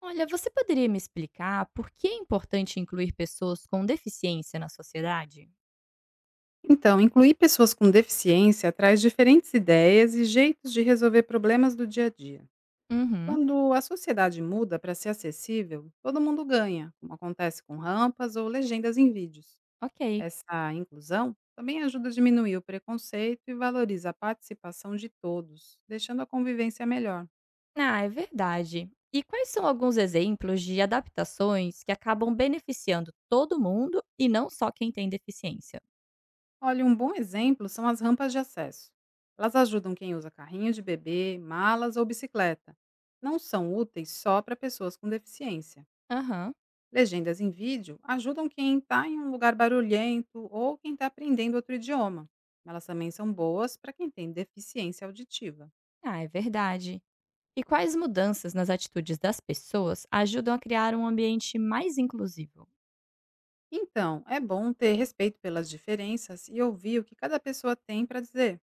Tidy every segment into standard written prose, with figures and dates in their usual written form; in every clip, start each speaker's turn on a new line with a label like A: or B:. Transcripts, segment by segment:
A: Olha, você poderia me explicar por que é importante incluir pessoas com deficiência na sociedade?
B: Então, incluir pessoas com deficiência traz diferentes ideias e jeitos de resolver problemas do dia a dia.
A: Uhum,
B: Quando a sociedade muda para ser acessível, todo mundo ganha, como acontece com rampas ou legendas em vídeos.
A: ok.
B: Essa inclusão também ajuda a diminuir o preconceito e valoriza a participação de todos, deixando a convivência melhor.
A: Ah, é verdade. E quais são alguns exemplos de adaptações que acabam beneficiando todo mundo e não só quem tem deficiência?
B: Olha, um bom exemplo são as rampas de acesso. Elas ajudam quem usa carrinho de bebê, malas ou bicicleta. Não são úteis só para pessoas com deficiência.
A: Aham,
B: Legendas em vídeo ajudam quem está em um lugar barulhento ou quem está aprendendo outro idioma. Elas também são boas para quem tem deficiência auditiva.
A: ah, é verdade. E quais mudanças nas atitudes das pessoas ajudam a criar um ambiente mais inclusivo?
B: Então, é bom ter respeito pelas diferenças e ouvir o que cada pessoa tem para dizer,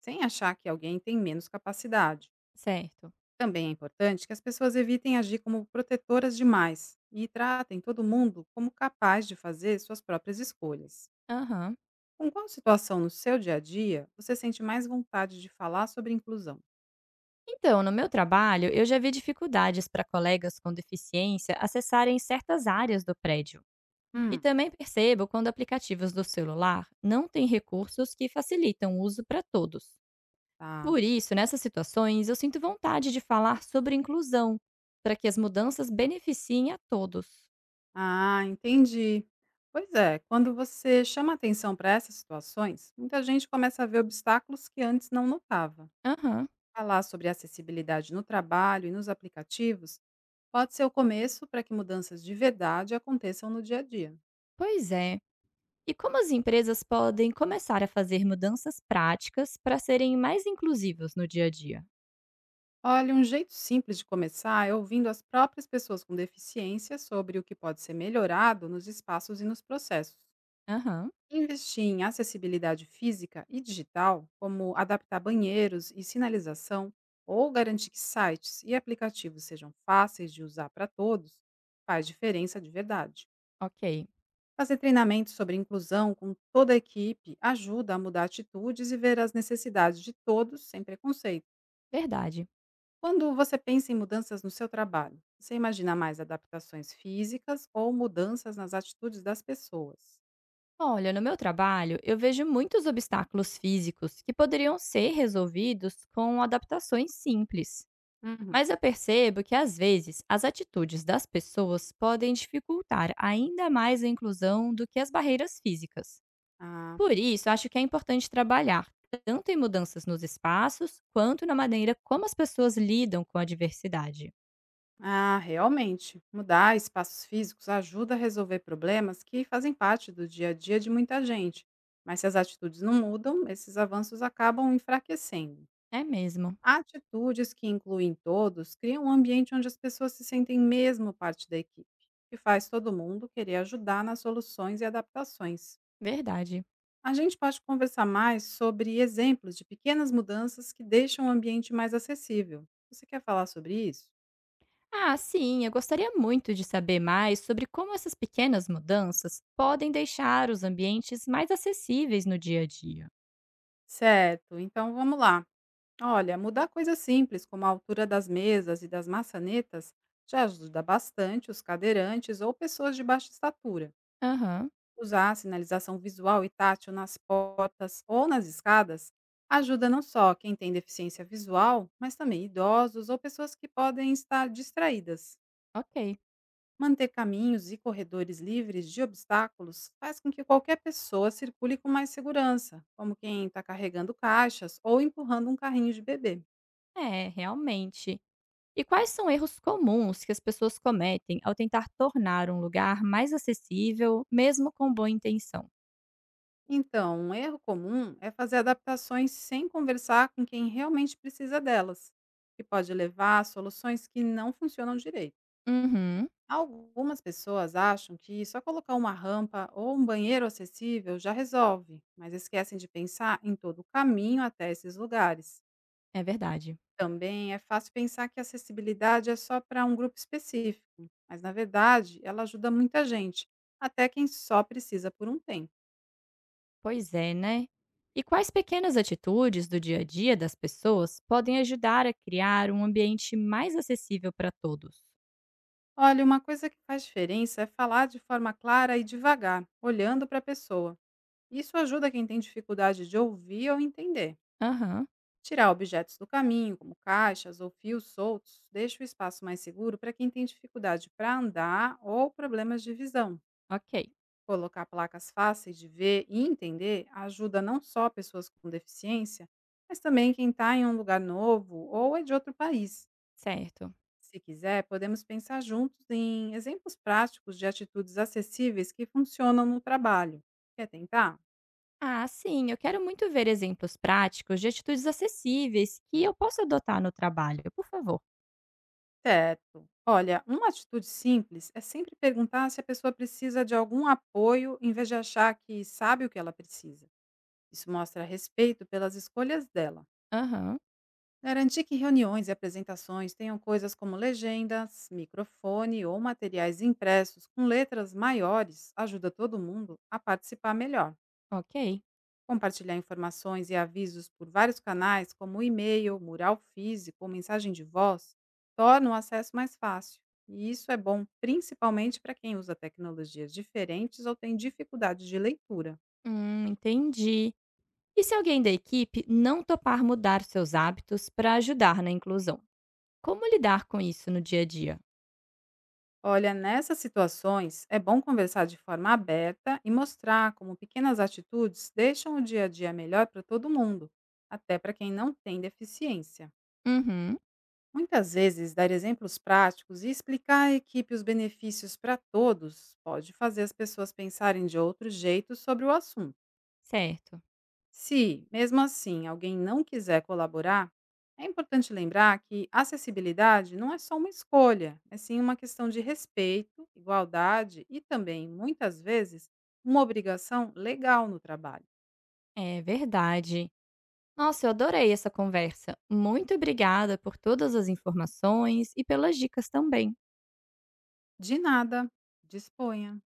B: sem achar que alguém tem menos capacidade.
A: Certo.
B: Também é importante que as pessoas evitem agir como protetoras demais e tratem todo mundo como capaz de fazer suas próprias escolhas.
A: Aham.
B: Com qual situação no seu dia a dia você sente mais vontade de falar sobre inclusão?
A: Então, no meu trabalho, eu já vi dificuldades para colegas com deficiência acessarem certas áreas do prédio. E
B: Hum.
A: também percebo quando aplicativos do celular não têm recursos que facilitam o uso para todos.
B: Tá.
A: Por isso, nessas situações, eu sinto vontade de falar sobre inclusão, para que as mudanças beneficiem a todos.
B: Ah, entendi. Pois é, quando você chama atenção para essas situações, muita gente começa a ver obstáculos que antes não notava.
A: Aham,
B: Falar sobre acessibilidade no trabalho e nos aplicativos pode ser o começo para que mudanças de verdade aconteçam no dia a dia.
A: pois é. E como as empresas podem começar a fazer mudanças práticas para serem mais inclusivas no dia a dia?
B: Olha, um jeito simples de começar é ouvindo as próprias pessoas com deficiência sobre o que pode ser melhorado nos espaços e nos processos.
A: Aham,
B: Investir em acessibilidade física e digital, como adaptar banheiros e sinalização, ou garantir que sites e aplicativos sejam fáceis de usar para todos, faz diferença de verdade.
A: ok,
B: Fazer treinamentos sobre inclusão com toda a equipe ajuda a mudar atitudes e ver as necessidades de todos sem preconceito.
A: verdade.
B: Quando você pensa em mudanças no seu trabalho, você imagina mais adaptações físicas ou mudanças nas atitudes das pessoas?
A: Olha, no meu trabalho, eu vejo muitos obstáculos físicos que poderiam ser resolvidos com adaptações simples.
B: Uhum.
A: Mas eu percebo que, às vezes, as atitudes das pessoas podem dificultar ainda mais a inclusão do que as barreiras físicas.
B: Ah,
A: Por isso, acho que é importante trabalhar tanto em mudanças nos espaços, quanto na maneira como as pessoas lidam com a diversidade.
B: Ah, realmente. Mudar espaços físicos ajuda a resolver problemas que fazem parte do dia a dia de muita gente. Mas se as atitudes não mudam, esses avanços acabam enfraquecendo.
A: É mesmo,
B: Atitudes que incluem todos criam um ambiente onde as pessoas se sentem mesmo parte da equipe, que faz todo mundo querer ajudar nas soluções e adaptações.
A: verdade.
B: A gente pode conversar mais sobre exemplos de pequenas mudanças que deixam o ambiente mais acessível. Você quer falar sobre isso?
A: Ah, sim, eu gostaria muito de saber mais sobre como essas pequenas mudanças podem deixar os ambientes mais acessíveis no dia a dia.
B: Certo, então vamos lá. Olha, mudar coisas simples, como a altura das mesas e das maçanetas, já ajuda bastante os cadeirantes ou pessoas de baixa estatura.
A: Aham,
B: Usar a sinalização visual e tátil nas portas ou nas escadas ajuda não só quem tem deficiência visual, mas também idosos ou pessoas que podem estar distraídas.
A: ok.
B: Manter caminhos e corredores livres de obstáculos faz com que qualquer pessoa circule com mais segurança, como quem está carregando caixas ou empurrando um carrinho de bebê.
A: É, realmente. E quais são erros comuns que as pessoas cometem ao tentar tornar um lugar mais acessível, mesmo com boa intenção?
B: Então, um erro comum é fazer adaptações sem conversar com quem realmente precisa delas, que pode levar a soluções que não funcionam direito.
A: Uhum,
B: Algumas pessoas acham que só colocar uma rampa ou um banheiro acessível já resolve, mas esquecem de pensar em todo o caminho até esses lugares.
A: é verdade.
B: Também é fácil pensar que a acessibilidade é só para um grupo específico, mas na verdade ela ajuda muita gente, até quem só precisa por um tempo.
A: Pois é, né? E quais pequenas atitudes do dia a dia das pessoas podem ajudar a criar um ambiente mais acessível para todos?
B: Olha, uma coisa que faz diferença é falar de forma clara e devagar, olhando para a pessoa. Isso ajuda quem tem dificuldade de ouvir ou entender.
A: Aham.
B: Tirar objetos do caminho, como caixas ou fios soltos, deixa o espaço mais seguro para quem tem dificuldade para andar ou problemas de visão.
A: Ok,
B: Colocar placas fáceis de ver e entender ajuda não só pessoas com deficiência, mas também quem está em um lugar novo ou é de outro país.
A: certo.
B: Se quiser, podemos pensar juntos em exemplos práticos de atitudes acessíveis que funcionam no trabalho. Quer tentar?
A: Ah, sim, eu quero muito ver exemplos práticos de atitudes acessíveis que eu possa adotar no trabalho, por favor.
B: Certo. Olha, uma atitude simples é sempre perguntar se a pessoa precisa de algum apoio em vez de achar que sabe o que ela precisa. Isso mostra respeito pelas escolhas dela.
A: Aham,
B: Garantir que reuniões e apresentações tenham coisas como legendas, microfone ou materiais impressos com letras maiores ajuda todo mundo a participar melhor.
A: ok.
B: Compartilhar informações e avisos por vários canais, como e-mail, mural físico ou mensagem de voz, torna o acesso mais fácil. E isso é bom principalmente para quem usa tecnologias diferentes ou tem dificuldade de leitura.
A: Entendi. E se alguém da equipe não topar mudar seus hábitos para ajudar na inclusão? Como lidar com isso no dia a dia?
B: Olha, nessas situações, é bom conversar de forma aberta e mostrar como pequenas atitudes deixam o dia a dia melhor para todo mundo, até para quem não tem deficiência.
A: Uhum,
B: Muitas vezes, dar exemplos práticos e explicar à equipe os benefícios para todos pode fazer as pessoas pensarem de outro jeito sobre o assunto.
A: certo.
B: Se, mesmo assim, alguém não quiser colaborar, é importante lembrar que acessibilidade não é só uma escolha, é sim uma questão de respeito, igualdade e também, muitas vezes, uma obrigação legal no trabalho.
A: É verdade. Nossa, eu adorei essa conversa. Muito obrigada por todas as informações e pelas dicas também.
B: De nada, disponha.